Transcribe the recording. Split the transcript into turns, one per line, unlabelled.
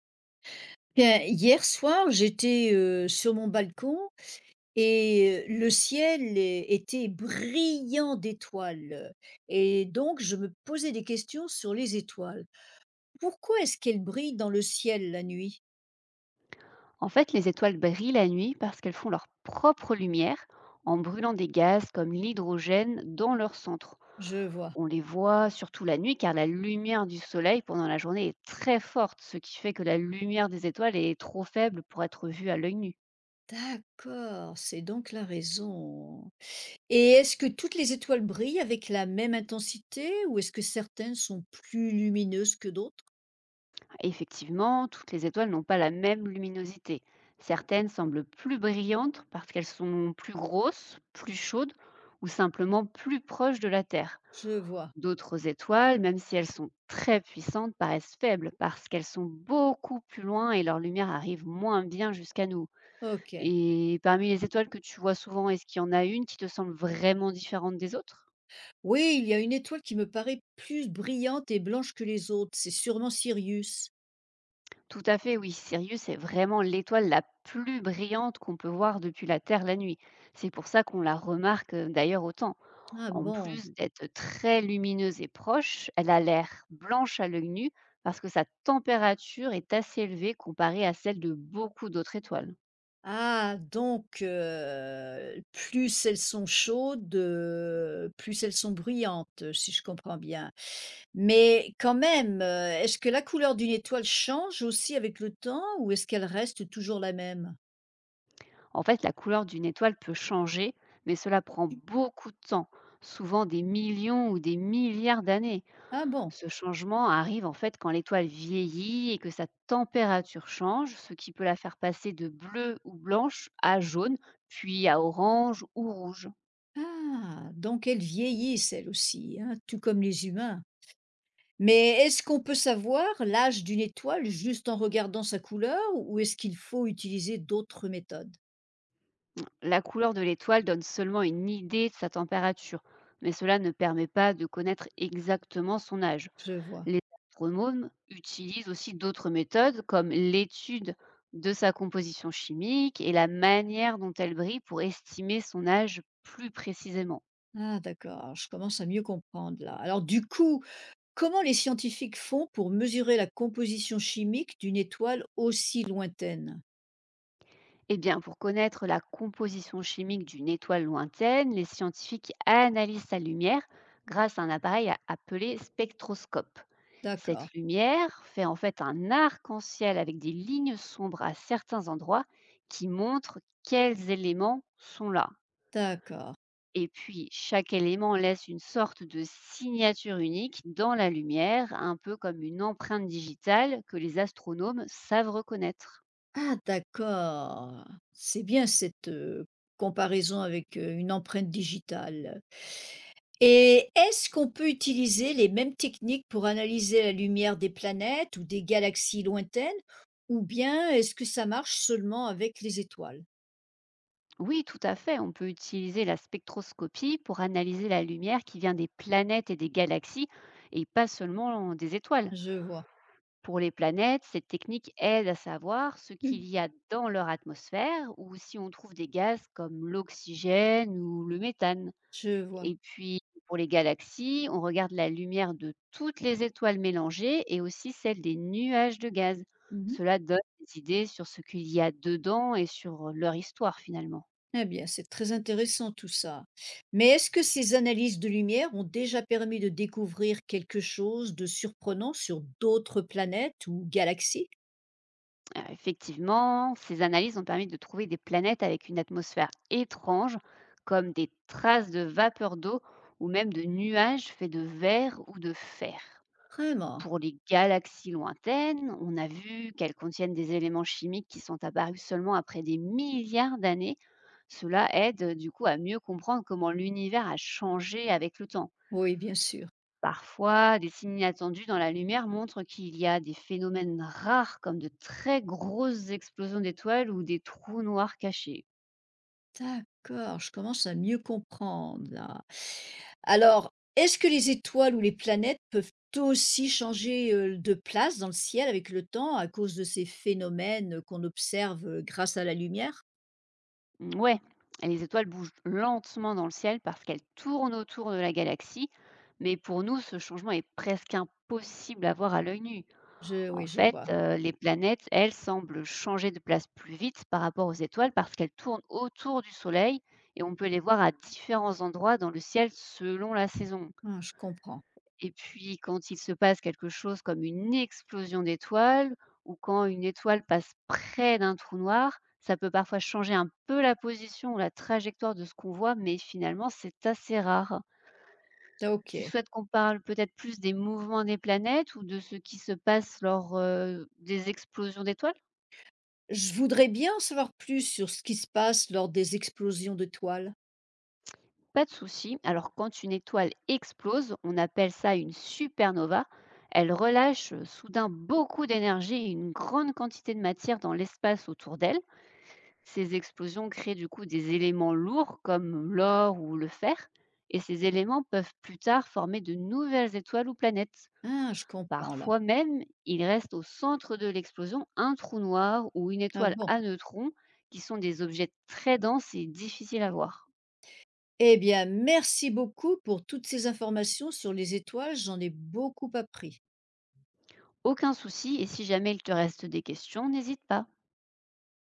Bien, hier soir, j'étais sur mon balcon et le ciel était brillant d'étoiles. Et donc, je me posais des questions sur les étoiles. Pourquoi est-ce qu'elles brillent dans le ciel la nuit?
En fait, les étoiles brillent la nuit parce qu'elles font leur propre lumière en brûlant des gaz comme l'hydrogène dans leur centre.
Je vois.
On les voit surtout la nuit car la lumière du soleil pendant la journée est très forte, ce qui fait que la lumière des étoiles est trop faible pour être vue à l'œil nu.
D'accord, c'est donc la raison. Et est-ce que toutes les étoiles brillent avec la même intensité ou est-ce que certaines sont plus lumineuses que d'autres?
Effectivement, toutes les étoiles n'ont pas la même luminosité. Certaines semblent plus brillantes parce qu'elles sont plus grosses, plus chaudes ou simplement plus proches de la Terre.
Je vois.
D'autres étoiles, même si elles sont très puissantes, paraissent faibles parce qu'elles sont beaucoup plus loin et leur lumière arrive moins bien jusqu'à nous.
Ok.
Et parmi les étoiles que tu vois souvent, est-ce qu'il y en a une qui te semble vraiment différente des autres?
Oui, il y a une étoile qui me paraît plus brillante et blanche que les autres. C'est sûrement Sirius.
Tout à fait, oui. Sirius est vraiment l'étoile la plus brillante qu'on peut voir depuis la Terre la nuit. C'est pour ça qu'on la remarque d'ailleurs autant.
Ah
En
bon.
plus d'être très lumineuse et proche, elle a l'air blanche à l'œil nu parce que sa température est assez élevée comparée à celle de beaucoup d'autres étoiles.
Ah, donc, plus elles sont chaudes, plus elles sont brillantes, si je comprends bien. Mais quand même, est-ce que la couleur d'une étoile change aussi avec le temps ou est-ce qu'elle reste toujours la même?
En fait, la couleur d'une étoile peut changer, mais cela prend beaucoup de temps, souvent des millions ou des milliards d'années.
Ah bon.
Ce changement arrive en fait quand l'étoile vieillit et que sa température change, ce qui peut la faire passer de bleue ou blanche à jaune, puis à orange ou rouge.
Ah, donc elles vieillissent elles aussi, hein, tout comme les humains. Mais est-ce qu'on peut savoir l'âge d'une étoile juste en regardant sa couleur ou est-ce qu'il faut utiliser d'autres méthodes?
La couleur de l'étoile donne seulement une idée de sa température, mais cela ne permet pas de connaître exactement son âge.
Je vois.
Les astronomes utilisent aussi d'autres méthodes comme l'étude de sa composition chimique et la manière dont elle brille pour estimer son âge plus précisément.
Ah d'accord, je commence à mieux comprendre là. Alors du coup, comment les scientifiques font pour mesurer la composition chimique d'une étoile aussi lointaine?
Eh bien, pour connaître la composition chimique d'une étoile lointaine, les scientifiques analysent sa lumière grâce à un appareil appelé spectroscope.
D'accord,
Cette lumière fait en fait un arc-en-ciel avec des lignes sombres à certains endroits qui montrent quels éléments sont là.
d'accord.
Et puis, chaque élément laisse une sorte de signature unique dans la lumière, un peu comme une empreinte digitale que les astronomes savent reconnaître.
Ah d'accord. C'est bien cette comparaison avec une empreinte digitale. Et est-ce qu'on peut utiliser les mêmes techniques pour analyser la lumière des planètes ou des galaxies lointaines ou bien est-ce que ça marche seulement avec les étoiles?
Oui, tout à fait. On peut utiliser la spectroscopie pour analyser la lumière qui vient des planètes et des galaxies et pas seulement des étoiles.
Je vois.
Pour les planètes, cette technique aide à savoir ce qu'il
Mhm.
y a dans leur atmosphère ou si on trouve des gaz comme l'oxygène ou le méthane.
Je vois.
Et puis, pour les galaxies, on regarde la lumière de toutes les étoiles mélangées et aussi celle des nuages de gaz.
Mhm.
Cela donne des idées sur ce qu'il y a dedans et sur leur histoire finalement.
Eh bien, c'est très intéressant tout ça. Mais est-ce que ces analyses de lumière ont déjà permis de découvrir quelque chose de surprenant sur d'autres planètes ou galaxies?
Effectivement, ces analyses ont permis de trouver des planètes avec une atmosphère étrange, comme des traces de vapeur d'eau ou même de nuages faits de verre ou de fer.
Vraiment.
Pour les galaxies lointaines, on a vu qu'elles contiennent des éléments chimiques qui sont apparus seulement après des milliards d'années. Cela aide, du coup, à mieux comprendre comment l'univers a changé avec le temps.
Oui, bien sûr.
Parfois, des signes inattendus dans la lumière montrent qu'il y a des phénomènes rares comme de très grosses explosions d'étoiles ou des trous noirs cachés.
D'accord, je commence à mieux comprendre là. Alors, est-ce que les étoiles ou les planètes peuvent aussi changer de place dans le ciel avec le temps à cause de ces phénomènes qu'on observe grâce à la lumière?
Mmh, ouais, et les étoiles bougent lentement dans le ciel parce qu'elles tournent autour de la galaxie, mais pour nous, ce changement est presque impossible à voir à l'œil nu.
Je,
En
oui, je
fait,
vois.
les planètes, elles, semblent changer de place plus vite par rapport aux étoiles parce qu'elles tournent autour du Soleil et on peut les voir à différents endroits dans le ciel selon la saison.
Ah, je comprends.
Et puis quand il se passe quelque chose comme une explosion d'étoiles ou quand une étoile passe près d'un trou noir, ça peut parfois changer un peu la position ou la trajectoire de ce qu'on voit, mais finalement c'est assez rare.
Ah,
Tu
ok.
souhaites qu'on parle peut-être plus des mouvements des planètes ou de ce qui se passe lors, des explosions d'étoiles?
Je voudrais bien en savoir plus sur ce qui se passe lors des explosions d'étoiles.
Pas de souci. Alors quand une étoile explose, on appelle ça une supernova. Elle relâche, soudain beaucoup d'énergie et une grande quantité de matière dans l'espace autour d'elle. Ces explosions créent du coup des éléments lourds comme l'or ou le fer, et ces éléments peuvent plus tard former de nouvelles étoiles ou planètes.
Ah, je comprends là.
Parfois même, il reste au centre de l'explosion un trou noir ou une
Ah
étoile
bon.
à neutrons, qui sont des objets très denses et difficiles à voir.
Eh bien, merci beaucoup pour toutes ces informations sur les étoiles. J'en ai beaucoup appris.
Aucun souci, et si jamais il te reste des questions, n'hésite pas.